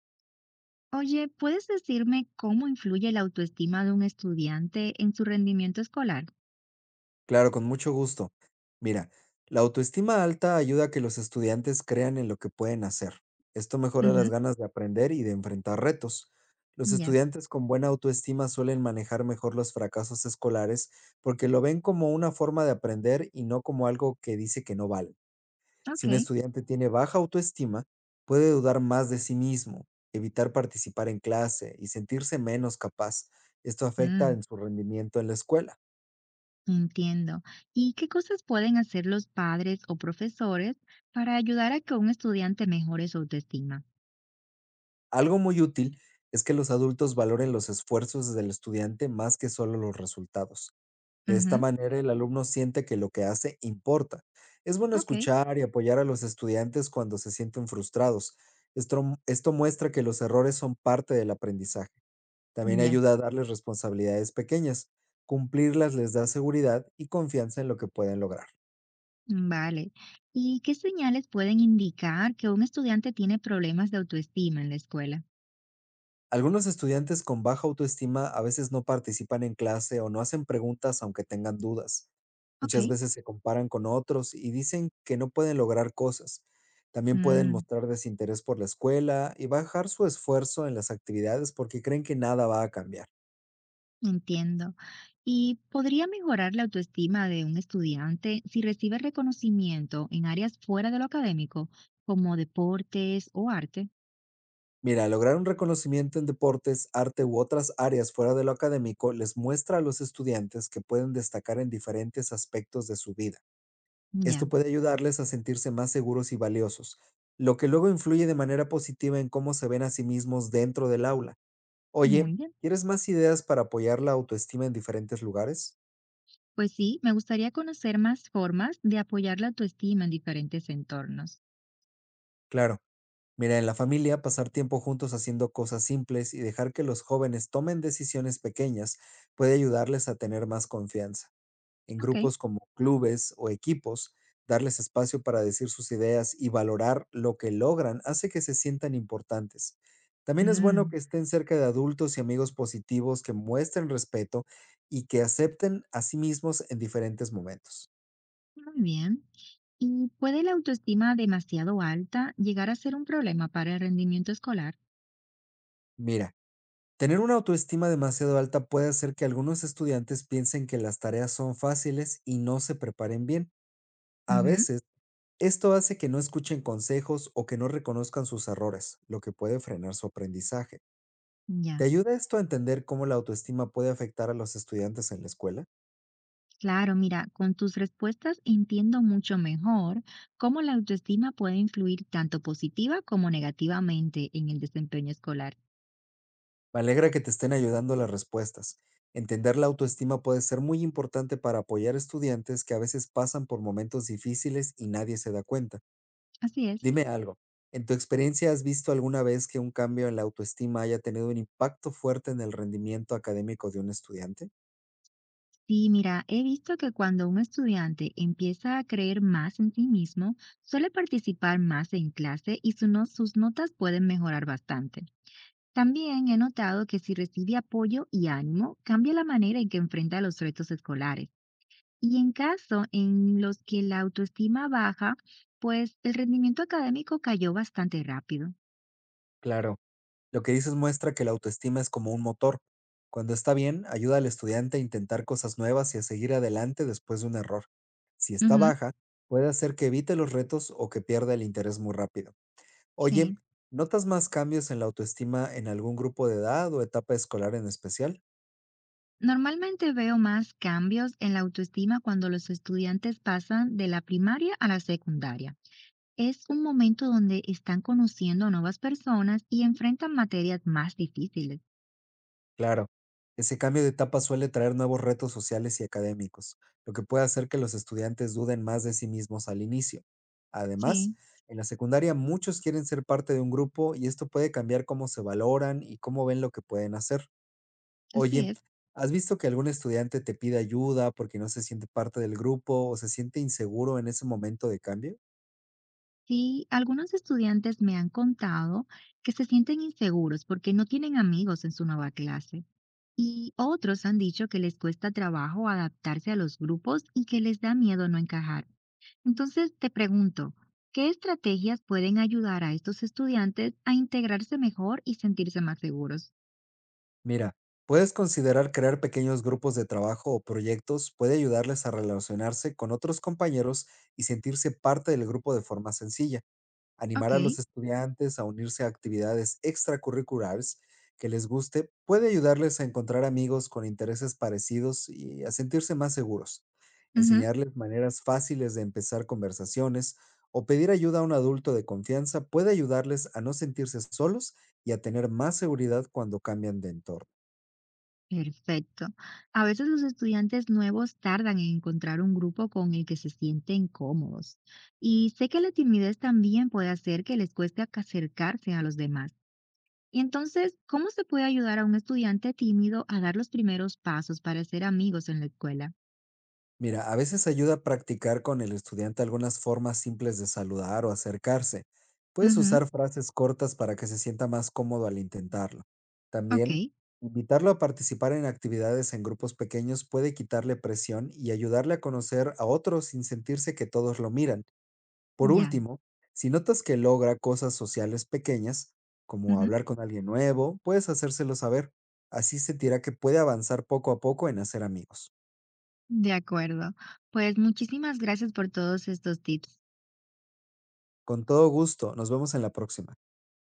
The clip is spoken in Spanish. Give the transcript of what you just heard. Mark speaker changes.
Speaker 1: Oye, ¿puedes decirme cómo influye la autoestima de un estudiante en su rendimiento escolar?
Speaker 2: Claro, con mucho gusto. Mira, la autoestima alta ayuda a que los estudiantes crean en lo que pueden hacer. Esto mejora las
Speaker 1: Ujú.
Speaker 2: ganas de aprender y de enfrentar retos. Los
Speaker 1: Ya,
Speaker 2: estudiantes con buena autoestima suelen manejar mejor los fracasos escolares, porque lo ven como una forma de aprender y no como algo que dice que no vale.
Speaker 1: ok.
Speaker 2: Si un estudiante tiene baja autoestima, puede dudar más de sí mismo, evitar participar en clase y sentirse menos capaz. Esto afecta
Speaker 1: Mm,
Speaker 2: en su rendimiento en la escuela.
Speaker 1: entiendo. ¿Y qué cosas pueden hacer los padres o profesores para ayudar a que un estudiante mejore su autoestima?
Speaker 2: Algo muy útil es que los adultos valoren los esfuerzos del estudiante más que solo los resultados. De esta
Speaker 1: Ujú.
Speaker 2: manera, el alumno siente que lo que hace importa. Es bueno
Speaker 1: Ok,
Speaker 2: escuchar y apoyar a los estudiantes cuando se sienten frustrados. Esto muestra que los errores son parte del aprendizaje. También
Speaker 1: ya,
Speaker 2: ayuda a darles responsabilidades pequeñas. Cumplirlas les da seguridad y confianza en lo que pueden lograr.
Speaker 1: vale. ¿Y qué señales pueden indicar que un estudiante tiene problemas de autoestima en la escuela?
Speaker 2: Algunos estudiantes con baja autoestima a veces no participan en clase o no hacen preguntas, aunque tengan dudas.
Speaker 1: Ok.
Speaker 2: Muchas veces se comparan con otros y dicen que no pueden lograr cosas. También pueden
Speaker 1: Mm.
Speaker 2: mostrar desinterés por la escuela y bajar su esfuerzo en las actividades, porque creen que nada va a cambiar.
Speaker 1: Entiendo. ¿Y podría mejorar la autoestima de un estudiante si recibe reconocimiento en áreas fuera de lo académico, como deportes o arte?
Speaker 2: Mira, lograr un reconocimiento en deportes, arte u otras áreas fuera de lo académico les muestra a los estudiantes que pueden destacar en diferentes aspectos de su vida.
Speaker 1: Ya,
Speaker 2: Esto puede ayudarles a sentirse más seguros y valiosos, lo que luego influye de manera positiva en cómo se ven a sí mismos dentro del aula. Oye,
Speaker 1: muy bien.
Speaker 2: ¿quieres más ideas para apoyar la autoestima en diferentes lugares?
Speaker 1: Pues sí, me gustaría conocer más formas de apoyar la autoestima en diferentes entornos.
Speaker 2: Claro, mira, en la familia, pasar tiempo juntos haciendo cosas simples y dejar que los jóvenes tomen decisiones pequeñas puede ayudarles a tener más confianza. En
Speaker 1: Ok.
Speaker 2: grupos como clubes o equipos, darles espacio para decir sus ideas y valorar lo que logran hace que se sientan importantes. También es bueno
Speaker 1: Mm,
Speaker 2: que estén cerca de adultos y amigos positivos que muestren respeto y que acepten a sí mismos en diferentes momentos.
Speaker 1: muy bien. ¿Y puede la autoestima demasiado alta llegar a ser un problema para el rendimiento escolar?
Speaker 2: Mira, tener una autoestima demasiado alta puede hacer que algunos estudiantes piensen que las tareas son fáciles y no se preparen bien. A
Speaker 1: Ujú.
Speaker 2: veces, esto hace que no escuchen consejos o que no reconozcan sus errores, lo que puede frenar su aprendizaje.
Speaker 1: Ya.
Speaker 2: ¿Te ayuda esto a entender cómo la autoestima puede afectar a los estudiantes en la escuela?
Speaker 1: Claro, mira, con tus respuestas entiendo mucho mejor cómo la autoestima puede influir tanto positiva como negativamente en el desempeño escolar.
Speaker 2: Me alegra que te estén ayudando las respuestas. Entender la autoestima puede ser muy importante para apoyar estudiantes que a veces pasan por momentos difíciles y nadie se da cuenta.
Speaker 1: Así es.
Speaker 2: Dime algo, ¿en tu experiencia has visto alguna vez que un cambio en la autoestima haya tenido un impacto fuerte en el rendimiento académico de un estudiante?
Speaker 1: Sí, mira, he visto que cuando un estudiante empieza a creer más en sí mismo, suele participar más en clase y su no- sus notas pueden mejorar bastante. También he notado que si recibe apoyo y ánimo, cambia la manera en que enfrenta los retos escolares. Y en caso en los que la autoestima baja, pues el rendimiento académico cayó bastante rápido.
Speaker 2: Claro. Lo que dices muestra que la autoestima es como un motor. Cuando está bien, ayuda al estudiante a intentar cosas nuevas y a seguir adelante después de un error. Si está
Speaker 1: Ujú,
Speaker 2: baja, puede hacer que evite los retos o que pierda el interés muy rápido. Oye,
Speaker 1: sí.
Speaker 2: ¿notas más cambios en la autoestima en algún grupo de edad o etapa escolar en especial?
Speaker 1: Normalmente veo más cambios en la autoestima cuando los estudiantes pasan de la primaria a la secundaria. Es un momento donde están conociendo a nuevas personas y enfrentan materias más difíciles.
Speaker 2: Claro, ese cambio de etapa suele traer nuevos retos sociales y académicos, lo que puede hacer que los estudiantes duden más de sí mismos al inicio. Además,
Speaker 1: Sí,
Speaker 2: en la secundaria muchos quieren ser parte de un grupo y esto puede cambiar cómo se valoran y cómo ven lo que pueden hacer.
Speaker 1: así
Speaker 2: Oye,
Speaker 1: es.
Speaker 2: ¿has visto que algún estudiante te pide ayuda porque no se siente parte del grupo o se siente inseguro en ese momento de cambio?
Speaker 1: Sí, algunos estudiantes me han contado que se sienten inseguros porque no tienen amigos en su nueva clase. Y otros han dicho que les cuesta trabajo adaptarse a los grupos y que les da miedo no encajar. Entonces, te pregunto, ¿qué estrategias pueden ayudar a estos estudiantes a integrarse mejor y sentirse más seguros?
Speaker 2: Mira, puedes considerar crear pequeños grupos de trabajo o proyectos, puede ayudarles a relacionarse con otros compañeros y sentirse parte del grupo de forma sencilla. Animar
Speaker 1: Ok,
Speaker 2: a los estudiantes a unirse a actividades extracurriculares que les guste puede ayudarles a encontrar amigos con intereses parecidos y a sentirse más seguros.
Speaker 1: ujú,
Speaker 2: Enseñarles maneras fáciles de empezar conversaciones o pedir ayuda a un adulto de confianza puede ayudarles a no sentirse solos y a tener más seguridad cuando cambian de entorno.
Speaker 1: perfecto. A veces los estudiantes nuevos tardan en encontrar un grupo con el que se sienten cómodos. Y sé que la timidez también puede hacer que les cueste acercarse a los demás. Y entonces, ¿cómo se puede ayudar a un estudiante tímido a dar los primeros pasos para ser amigos en la escuela?
Speaker 2: Mira, a veces ayuda a practicar con el estudiante algunas formas simples de saludar o acercarse. Puedes
Speaker 1: Ujú,
Speaker 2: usar frases cortas para que se sienta más cómodo al intentarlo.
Speaker 1: ok,
Speaker 2: También, invitarlo a participar en actividades en grupos pequeños puede quitarle presión y ayudarle a conocer a otros sin sentirse que todos lo miran. Por
Speaker 1: ya,
Speaker 2: último, si notas que logra cosas sociales pequeñas, como
Speaker 1: ujú,
Speaker 2: hablar con alguien nuevo, puedes hacérselo saber. Así sentirá que puede avanzar poco a poco en hacer amigos.
Speaker 1: de acuerdo. Pues muchísimas gracias por todos estos tips.
Speaker 2: Con todo gusto. Nos vemos en la próxima.